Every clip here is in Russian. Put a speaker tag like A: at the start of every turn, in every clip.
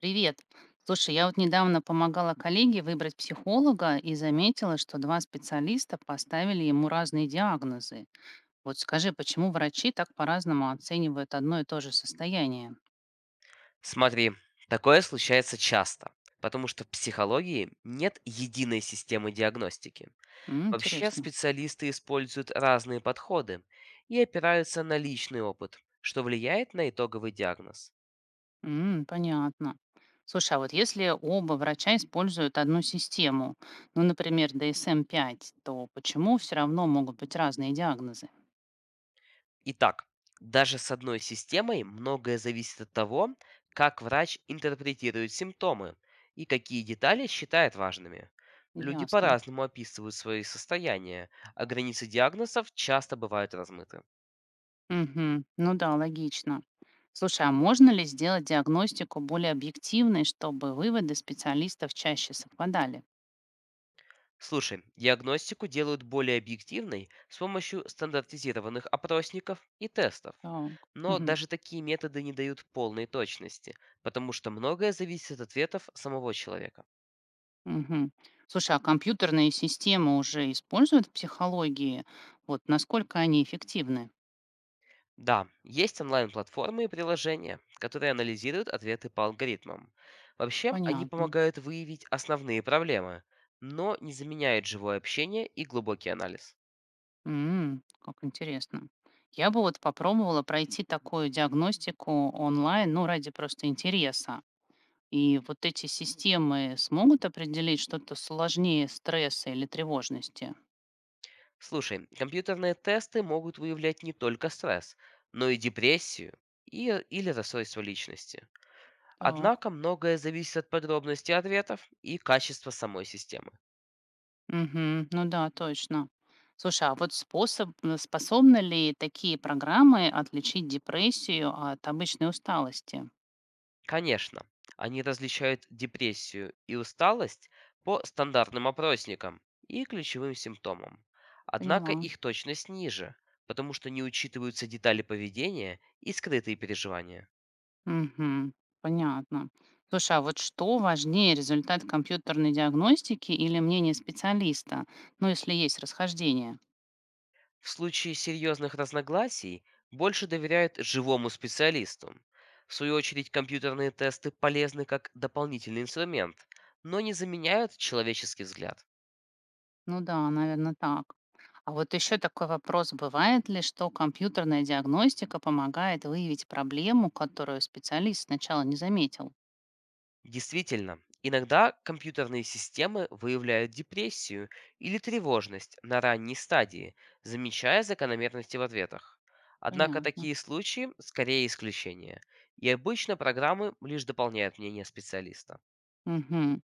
A: Привет. Слушай, я вот недавно помогала коллеге выбрать психолога и заметила, что два специалиста поставили ему разные диагнозы. Вот скажи, почему врачи так по-разному оценивают одно и то же состояние?
B: Смотри, такое случается часто, потому что в психологии нет единой системы диагностики.
A: М,
B: Вообще
A: интересно.
B: специалисты используют разные подходы и опираются на личный опыт, что влияет на итоговый диагноз.
A: М, понятно. Слушай, а вот если оба врача используют одну систему, ну, например, DSM-5, то почему все равно могут быть разные диагнозы?
B: Итак, даже с одной системой многое зависит от того, как врач интерпретирует симптомы и какие детали считает важными. Люди
A: Ясно.
B: по-разному описывают свои состояния, а границы диагнозов часто бывают размыты.
A: Мгм. Ну да, логично. Слушай, а можно ли сделать диагностику более объективной, чтобы выводы специалистов чаще совпадали?
B: Слушай, диагностику делают более объективной с помощью стандартизированных опросников и тестов.
A: Так.
B: Но
A: Мгм.
B: даже такие методы не дают полной точности, потому что многое зависит от ответов самого человека.
A: Мгм. Слушай, а компьютерные системы уже используют в психологии? Вот насколько они эффективны?
B: Да, есть онлайн-платформы и приложения, которые анализируют ответы по алгоритмам. Вообще, они
A: Понятно.
B: помогают выявить основные проблемы, но не заменяют живое общение и глубокий анализ.
A: М, как интересно. Я бы вот попробовала пройти такую диагностику онлайн, ну, ради просто интереса. И вот эти системы смогут определить что-то сложнее стресса или тревожности?
B: Слушай, компьютерные тесты могут выявлять не только стресс, но и депрессию или расстройство личности.
A: Так.
B: Однако многое зависит от подробностей ответов и качества самой системы.
A: Мгм. Ну да, точно. Слушай, а вот способны ли такие программы отличить депрессию от обычной усталости?
B: Конечно, они различают депрессию и усталость по стандартным опросникам и ключевым симптомам. Однако
A: Поняла.
B: их точность ниже, потому что не учитываются детали поведения и скрытые переживания.
A: Мгм. Понятно. Слушай, а вот что важнее, результат компьютерной диагностики или мнение специалиста? Ну, если есть расхождение.
B: В случае серьезных разногласий больше доверяют живому специалисту. В свою очередь, компьютерные тесты полезны как дополнительный инструмент, но не заменяют человеческий взгляд.
A: Ну да, наверное, так. А вот еще такой вопрос, бывает ли, что компьютерная диагностика помогает выявить проблему, которую специалист сначала не заметил?
B: Действительно, иногда компьютерные системы выявляют депрессию или тревожность на ранней стадии, замечая закономерности в ответах. Однако
A: Понятно.
B: такие случаи скорее исключение, и обычно программы лишь дополняют мнение специалиста.
A: Мгм.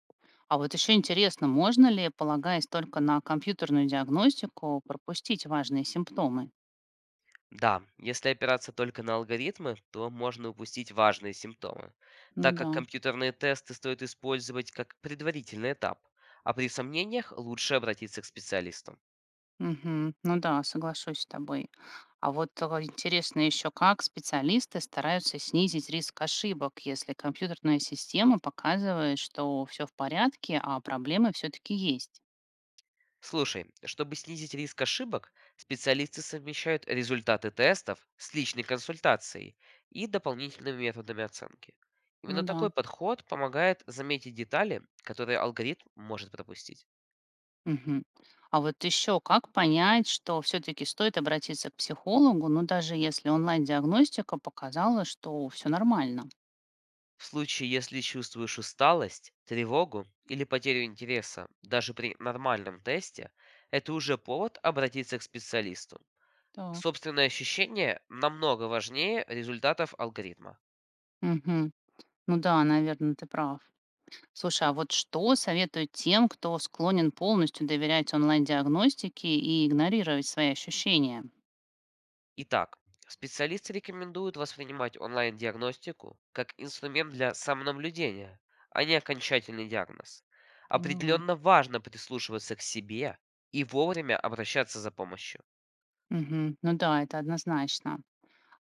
A: А вот еще интересно, можно ли, полагаясь только на компьютерную диагностику, пропустить важные симптомы?
B: Да, если опираться только на алгоритмы, то можно упустить важные симптомы,
A: Ну
B: так как
A: да.
B: компьютерные тесты стоит использовать как предварительный этап, а при сомнениях лучше обратиться к специалистам.
A: Мгм. Ну да, соглашусь с тобой. Интересно еще, как специалисты стараются снизить риск ошибок, если компьютерная система показывает, что все в порядке, а проблемы все-таки есть.
B: Слушай, чтобы снизить риск ошибок, специалисты совмещают результаты тестов с личной консультацией и дополнительными методами оценки.
A: Ну
B: Именно
A: да.
B: такой подход помогает заметить детали, которые алгоритм может пропустить.
A: Мгм. А вот еще, как понять, что все-таки стоит обратиться к психологу, ну даже если онлайн-диагностика показала, что все нормально.
B: В случае, если чувствуешь усталость, тревогу или потерю интереса, даже при нормальном тесте, это уже повод обратиться к специалисту.
A: Так.
B: Собственное ощущение намного важнее результатов алгоритма.
A: Мгм. Ну да, наверное, ты прав. Слушай, а вот что советуют тем, кто склонен полностью доверять онлайн-диагностике и игнорировать свои ощущения?
B: Итак, специалисты рекомендуют воспринимать онлайн-диагностику как инструмент для самонаблюдения, а не окончательный диагноз.
A: Поняла.
B: Определенно важно прислушиваться к себе и вовремя обращаться за помощью.
A: Мгм. Ну да, это однозначно.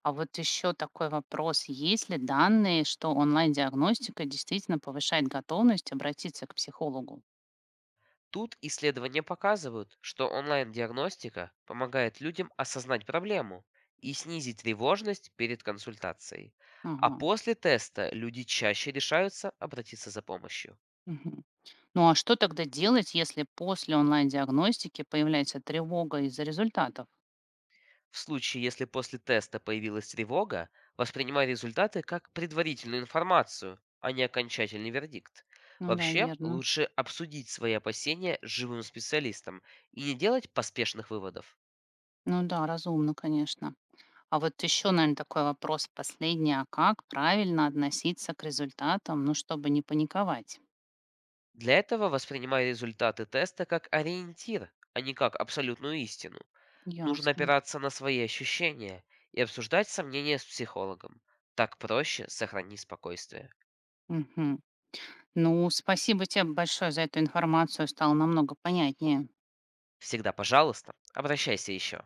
A: А вот еще такой вопрос. Есть ли данные, что онлайн-диагностика действительно повышает готовность обратиться к психологу?
B: Тут исследования показывают, что онлайн-диагностика помогает людям осознать проблему и снизить тревожность перед консультацией. А
A: Ага.
B: после теста люди чаще решаются обратиться за помощью.
A: Мгм. Ну а что тогда делать, если после онлайн-диагностики появляется тревога из-за результатов?
B: В случае, если после теста появилась тревога, воспринимай результаты как предварительную информацию, а не окончательный вердикт.
A: Ну да,
B: Вообще,
A: верно.
B: лучше обсудить свои опасения с живым специалистом и не делать поспешных выводов.
A: Ну да, разумно, конечно. А вот еще, наверное, такой вопрос последний. А как правильно относиться к результатам, ну, чтобы не паниковать?
B: Для этого воспринимай результаты теста как ориентир, а не как абсолютную истину. Нужно
A: Ясно.
B: опираться на свои ощущения и обсуждать сомнения с психологом. Так проще сохрани спокойствие.
A: Мгм. Ну, спасибо тебе большое за эту информацию, стало намного понятнее.
B: Всегда, пожалуйста, обращайся еще.